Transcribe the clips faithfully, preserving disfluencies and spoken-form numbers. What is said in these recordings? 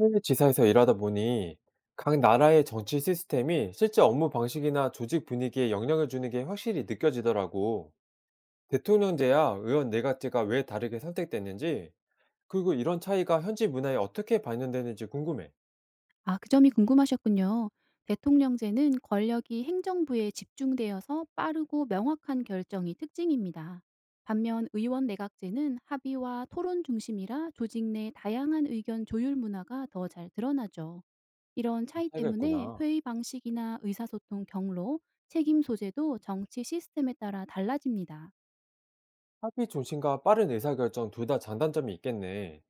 해외 지사에서 일하다 보니 각 나라의 정치 시스템이 실제 업무 방식이나 조직 분위기에 영향을 주는 게 확실히 느껴지더라고. 대통령제야 의원 내각제가 왜 다르게 선택됐는지, 그리고 이런 차이가 현지 문화에 어떻게 반영되는지 궁금해. 아 그 점이 궁금하셨군요. 대통령제는 권력이 행정부에 집중되어서 빠르고 명확한 결정이 특징입니다. 반면 의원 내각제는 합의와 토론 중심이라 조직 내 다양한 의견 조율 문화가 더 잘 드러나죠. 이런 차이 차이가 때문에 있구나. 회의 방식이나 의사소통 경로, 책임 소재도 정치 시스템에 따라 달라집니다. 합의 중심과 빠른 의사결정 둘 다 장단점이 있겠네.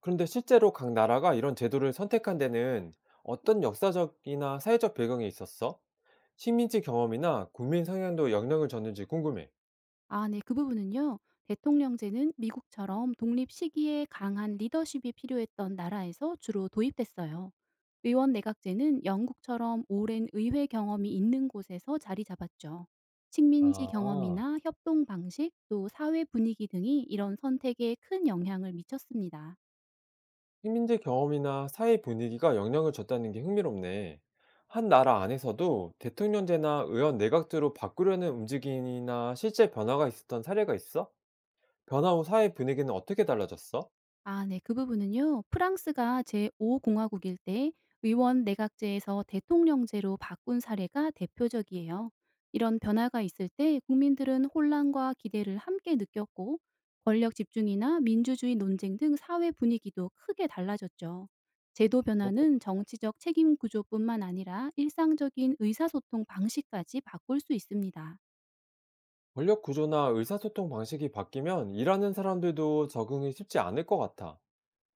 그런데 실제로 각 나라가 이런 제도를 선택한 데는 어떤 역사적이나 사회적 배경이 있었어? 식민지 경험이나 국민 성향도 영향을 줬는지 궁금해. 아 네. 그 부분은요. 대통령제는 미국처럼 독립 시기에 강한 리더십이 필요했던 나라에서 주로 도입됐어요. 의원 내각제는 영국처럼 오랜 의회 경험이 있는 곳에서 자리 잡았죠. 식민지 아. 경험이나 협동 방식, 또 사회 분위기 등이 이런 선택에 큰 영향을 미쳤습니다. 식민지 경험이나 사회 분위기가 영향을 줬다는 게 흥미롭네. 한 나라 안에서도 대통령제나 의원 내각제로 바꾸려는 움직임이나 실제 변화가 있었던 사례가 있어? 변화 후 사회 분위기는 어떻게 달라졌어? 아 네. 그 부분은요. 프랑스가 제오 공화국일 때 의원 내각제에서 대통령제로 바꾼 사례가 대표적이에요. 이런 변화가 있을 때 국민들은 혼란과 기대를 함께 느꼈고 권력 집중이나 민주주의 논쟁 등 사회 분위기도 크게 달라졌죠. 제도 그렇군. 변화는 정치적 책임 구조뿐만 아니라 일상적인 의사소통 방식까지 바꿀 수 있습니다. 권력 구조나 의사소통 방식이 바뀌면 일하는 사람들도 적응이 쉽지 않을 것 같아.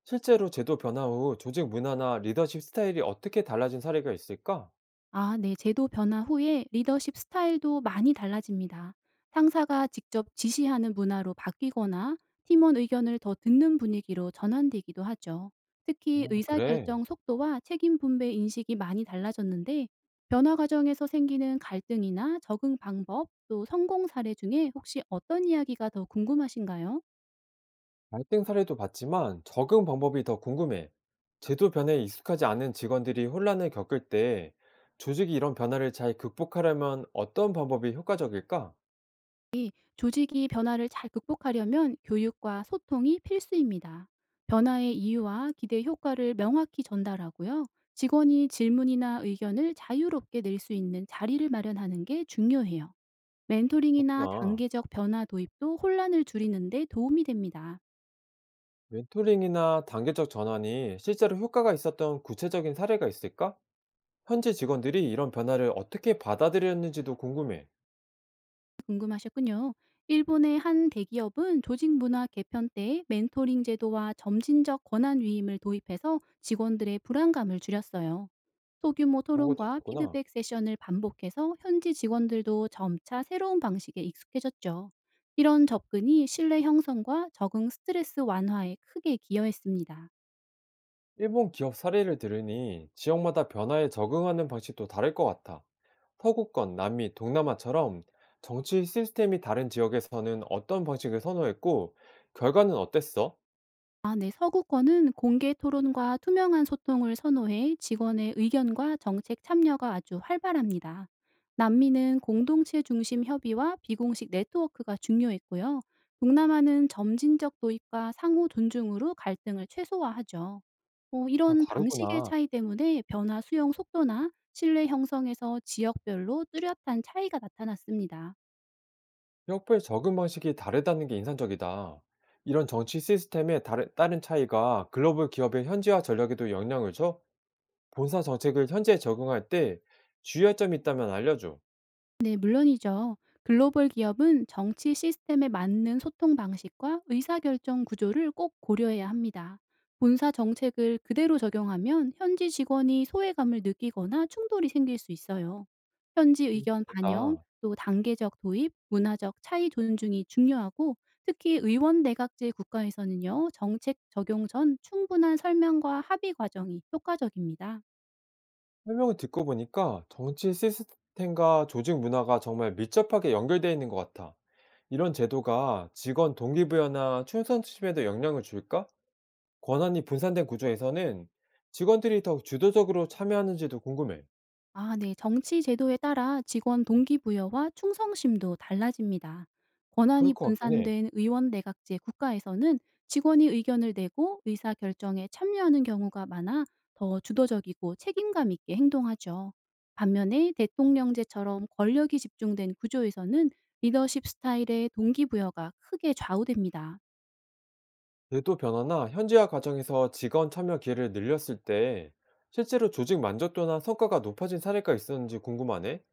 실제로 제도 변화 후 조직 문화나 리더십 스타일이 어떻게 달라진 사례가 있을까? 아, 네. 제도 변화 후에 리더십 스타일도 많이 달라집니다. 상사가 직접 지시하는 문화로 바뀌거나 팀원 의견을 더 듣는 분위기로 전환되기도 하죠. 특히 아, 그래. 의사결정 속도와 책임 분배 인식이 많이 달라졌는데 변화 과정에서 생기는 갈등이나 적응 방법 또 성공 사례 중에 혹시 어떤 이야기가 더 궁금하신가요? 갈등 사례도 봤지만 적응 방법이 더 궁금해. 제도 변화에 익숙하지 않은 직원들이 혼란을 겪을 때 조직이 이런 변화를 잘 극복하려면 어떤 방법이 효과적일까? 조직이 변화를 잘 극복하려면 교육과 소통이 필수입니다. 변화의 이유와 기대 효과를 명확히 전달하고요. 직원이 질문이나 의견을 자유롭게 낼 수 있는 자리를 마련하는 게 중요해요. 멘토링이나 그렇구나. 단계적 변화 도입도 혼란을 줄이는데 도움이 됩니다. 멘토링이나 단계적 전환이 실제로 효과가 있었던 구체적인 사례가 있을까? 현지 직원들이 이런 변화를 어떻게 받아들였는지도 궁금해. 궁금하셨군요. 일본의 한 대기업은 조직 문화 개편 때 멘토링 제도와 점진적 권한 위임을 도입해서 직원들의 불안감을 줄였어요. 소규모 그런 것도 토론과 있었구나. 피드백 세션을 반복해서 현지 직원들도 점차 새로운 방식에 익숙해졌죠. 이런 접근이 신뢰 형성과 적응 스트레스 완화에 크게 기여했습니다. 일본 기업 사례를 들으니 지역마다 변화에 적응하는 방식도 다를 것 같아. 서구권, 남미, 동남아처럼 정치 시스템이 다른 지역에서는 어떤 방식을 선호했고, 결과는 어땠어? 아 네. 서구권은 공개 토론과 투명한 소통을 선호해 직원의 의견과 정책 참여가 아주 활발합니다. 남미는 공동체 중심 협의와 비공식 네트워크가 중요했고요. 동남아는 점진적 도입과 상호 존중으로 갈등을 최소화하죠. 어, 다 이런 방식의 다르구나. 차이 때문에 변화 수용 속도나 신뢰 형성에서 지역별로 뚜렷한 차이가 나타났습니다. 지역별 적응 방식이 다르다는 게 인상적이다. 이런 정치 시스템의 다른, 다른 차이가 글로벌 기업의 현지화 전략에도 영향을 줘? 본사 정책을 현지에 적응할 때 주의할 점이 있다면 알려줘. 네, 물론이죠. 글로벌 기업은 정치 시스템에 맞는 소통 방식과 의사결정 구조를 꼭 고려해야 합니다. 본사 정책을 그대로 적용하면 현지 직원이 소외감을 느끼거나 충돌이 생길 수 있어요. 현지 그럴 수 의견 반영, 있겠다. 또 단계적 도입, 문화적 차이 존중이 중요하고 특히 의원 내각제 국가에서는요, 정책 적용 전 충분한 설명과 합의 과정이 효과적입니다. 설명을 듣고 보니까 정치 시스템과 조직 문화가 정말 밀접하게 연결되어 있는 것 같아. 이런 제도가 직원 동기부여나 충성심에도 영향을 줄까? 권한이 분산된 구조에서는 직원들이 더 주도적으로 참여하는지도 궁금해. 아 네. 정치 제도에 따라 직원 동기부여와 충성심도 달라집니다. 그럴 권한이 것 같긴 해. 분산된 의원 내각제 국가에서는 직원이 의견을 내고 의사 결정에 참여하는 경우가 많아 더 주도적이고 책임감 있게 행동하죠. 반면에 대통령제처럼 권력이 집중된 구조에서는 리더십 스타일의 동기부여가 크게 좌우됩니다. 제도 변화나 현지화 과정에서 직원 참여 기회를 늘렸을 때 실제로 조직 만족도나 성과가 높아진 사례가 있었는지 궁금하네.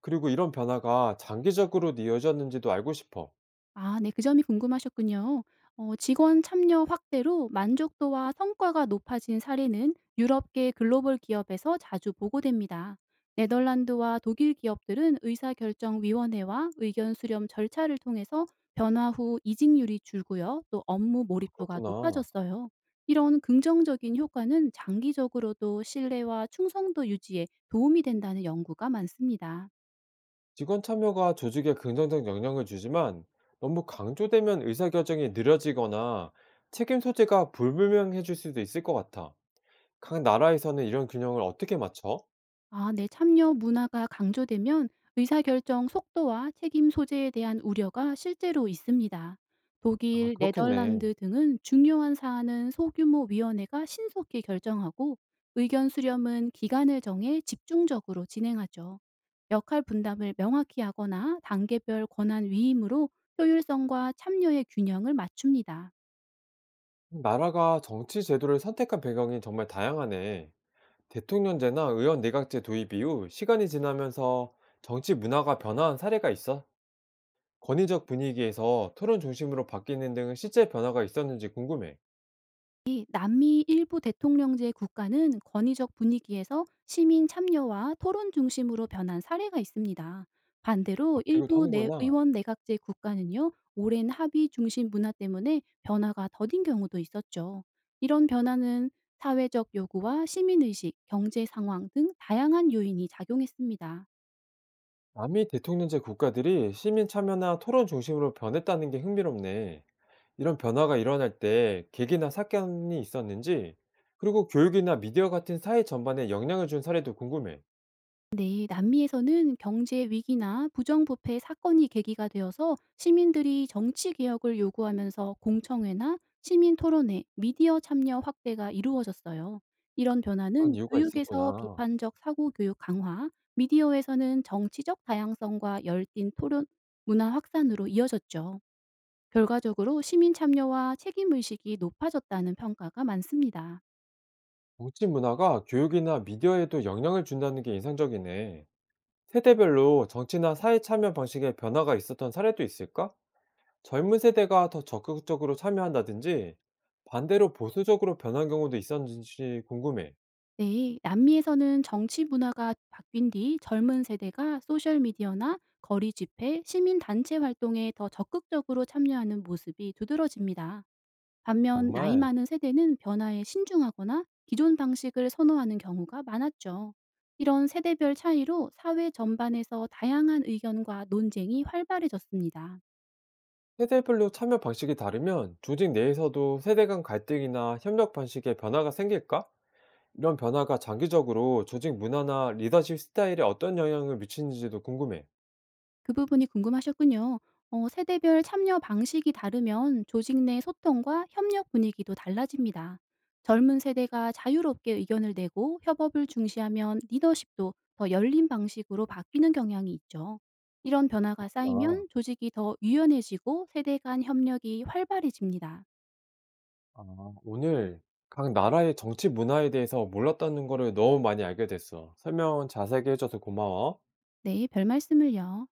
그리고 이런 변화가 장기적으로 이어졌는지도 알고 싶어. 아 네. 그 점이 궁금하셨군요. 어 직원 참여 확대로 만족도와 성과가 높아진 사례는 유럽계 글로벌 기업에서 자주 보고됩니다. 네덜란드와 독일 기업들은 의사결정위원회와 의견 수렴 절차를 통해서 변화 후 이직률이 줄고요. 또 업무 몰입도가 그렇구나. 높아졌어요. 이런 긍정적인 효과는 장기적으로도 신뢰와 충성도 유지에 도움이 된다는 연구가 많습니다. 직원 참여가 조직에 긍정적 영향을 주지만 너무 강조되면 의사결정이 느려지거나 책임 소재가 불분명해질 수도 있을 것 같아. 각 나라에서는 이런 균형을 어떻게 맞춰? 아, 네. 참여 문화가 강조되면 의사결정 속도와 책임 소재에 대한 우려가 실제로 있습니다. 아, 독일, 그렇겠네. 네덜란드 등은 중요한 사안은 소규모 위원회가 신속히 결정하고 의견 수렴은 기간을 정해 집중적으로 진행하죠. 역할 분담을 명확히 하거나 단계별 권한 위임으로 효율성과 참여의 균형을 맞춥니다. 나라가 정치 제도를 선택한 배경이 정말 다양하네. 대통령제나 의원 내각제 도입 이후 시간이 지나면서 정치 문화가 변화한 사례가 있어? 권위적 분위기에서 토론 중심으로 바뀌는 등 실제 변화가 있었는지 궁금해. 이 남미 일부 대통령제 국가는 권위적 분위기에서 시민 참여와 토론 중심으로 변한 사례가 있습니다. 반대로 바뀌기도 일부 내 하는구나. 의원 내각제 국가는요, 오랜 합의 중심 문화 때문에 변화가 더딘 경우도 있었죠. 이런 변화는 사회적 요구와 시민의식, 경제 상황 등 다양한 요인이 작용했습니다. 남미 대통령제 국가들이 시민 참여나 토론 중심으로 변했다는 게 흥미롭네. 이런 변화가 일어날 때 계기나 사건이 있었는지, 그리고 교육이나 미디어 같은 사회 전반에 영향을 준 사례도 궁금해. 네, 남미에서는 경제 위기나 부정부패 사건이 계기가 되어서 시민들이 정치 개혁을 요구하면서 공청회나 시민 토론회, 미디어 참여 확대가 이루어졌어요. 이런 그런 변화는 이유가 교육에서 있었구나. 비판적 사고 교육 강화, 미디어에서는 정치적 다양성과 열띤 토론 문화 확산으로 이어졌죠. 결과적으로 시민 참여와 책임 의식이 높아졌다는 평가가 많습니다. 정치 문화가 교육이나 미디어에도 영향을 준다는 게 인상적이네. 세대별로 정치나 사회 참여 방식에 변화가 있었던 사례도 있을까? 젊은 세대가 더 적극적으로 참여한다든지, 반대로 보수적으로 변한 경우도 있었는지 궁금해. 네, 남미에서는 정치 문화가 바뀐 뒤 젊은 세대가 소셜미디어나 거리 집회, 시민단체 활동에 더 적극적으로 참여하는 모습이 두드러집니다. 반면 나이 정말. 많은 세대는 변화에 신중하거나 기존 방식을 선호하는 경우가 많았죠. 이런 세대별 차이로 사회 전반에서 다양한 의견과 논쟁이 활발해졌습니다. 세대별로 참여 방식이 다르면 조직 내에서도 세대 간 갈등이나 협력 방식에 변화가 생길까? 이런 변화가 장기적으로 조직 문화나 리더십 스타일에 어떤 영향을 미치는지도 궁금해. 그 부분이 궁금하셨군요. 어, 세대별 참여 방식이 다르면 조직 내 소통과 협력 분위기도 달라집니다. 젊은 세대가 자유롭게 의견을 내고 협업을 중시하면 리더십도 더 열린 방식으로 바뀌는 경향이 있죠. 이런 변화가 아, 쌓이면 조직이 더 유연해지고 세대 간 협력이 활발해집니다. 아, 오늘 각 나라의 정치 문화에 대해서 몰랐다는 거를 너무 많이 알게 됐어. 설명 자세하게 해줘서 고마워. 네, 별 말씀을요.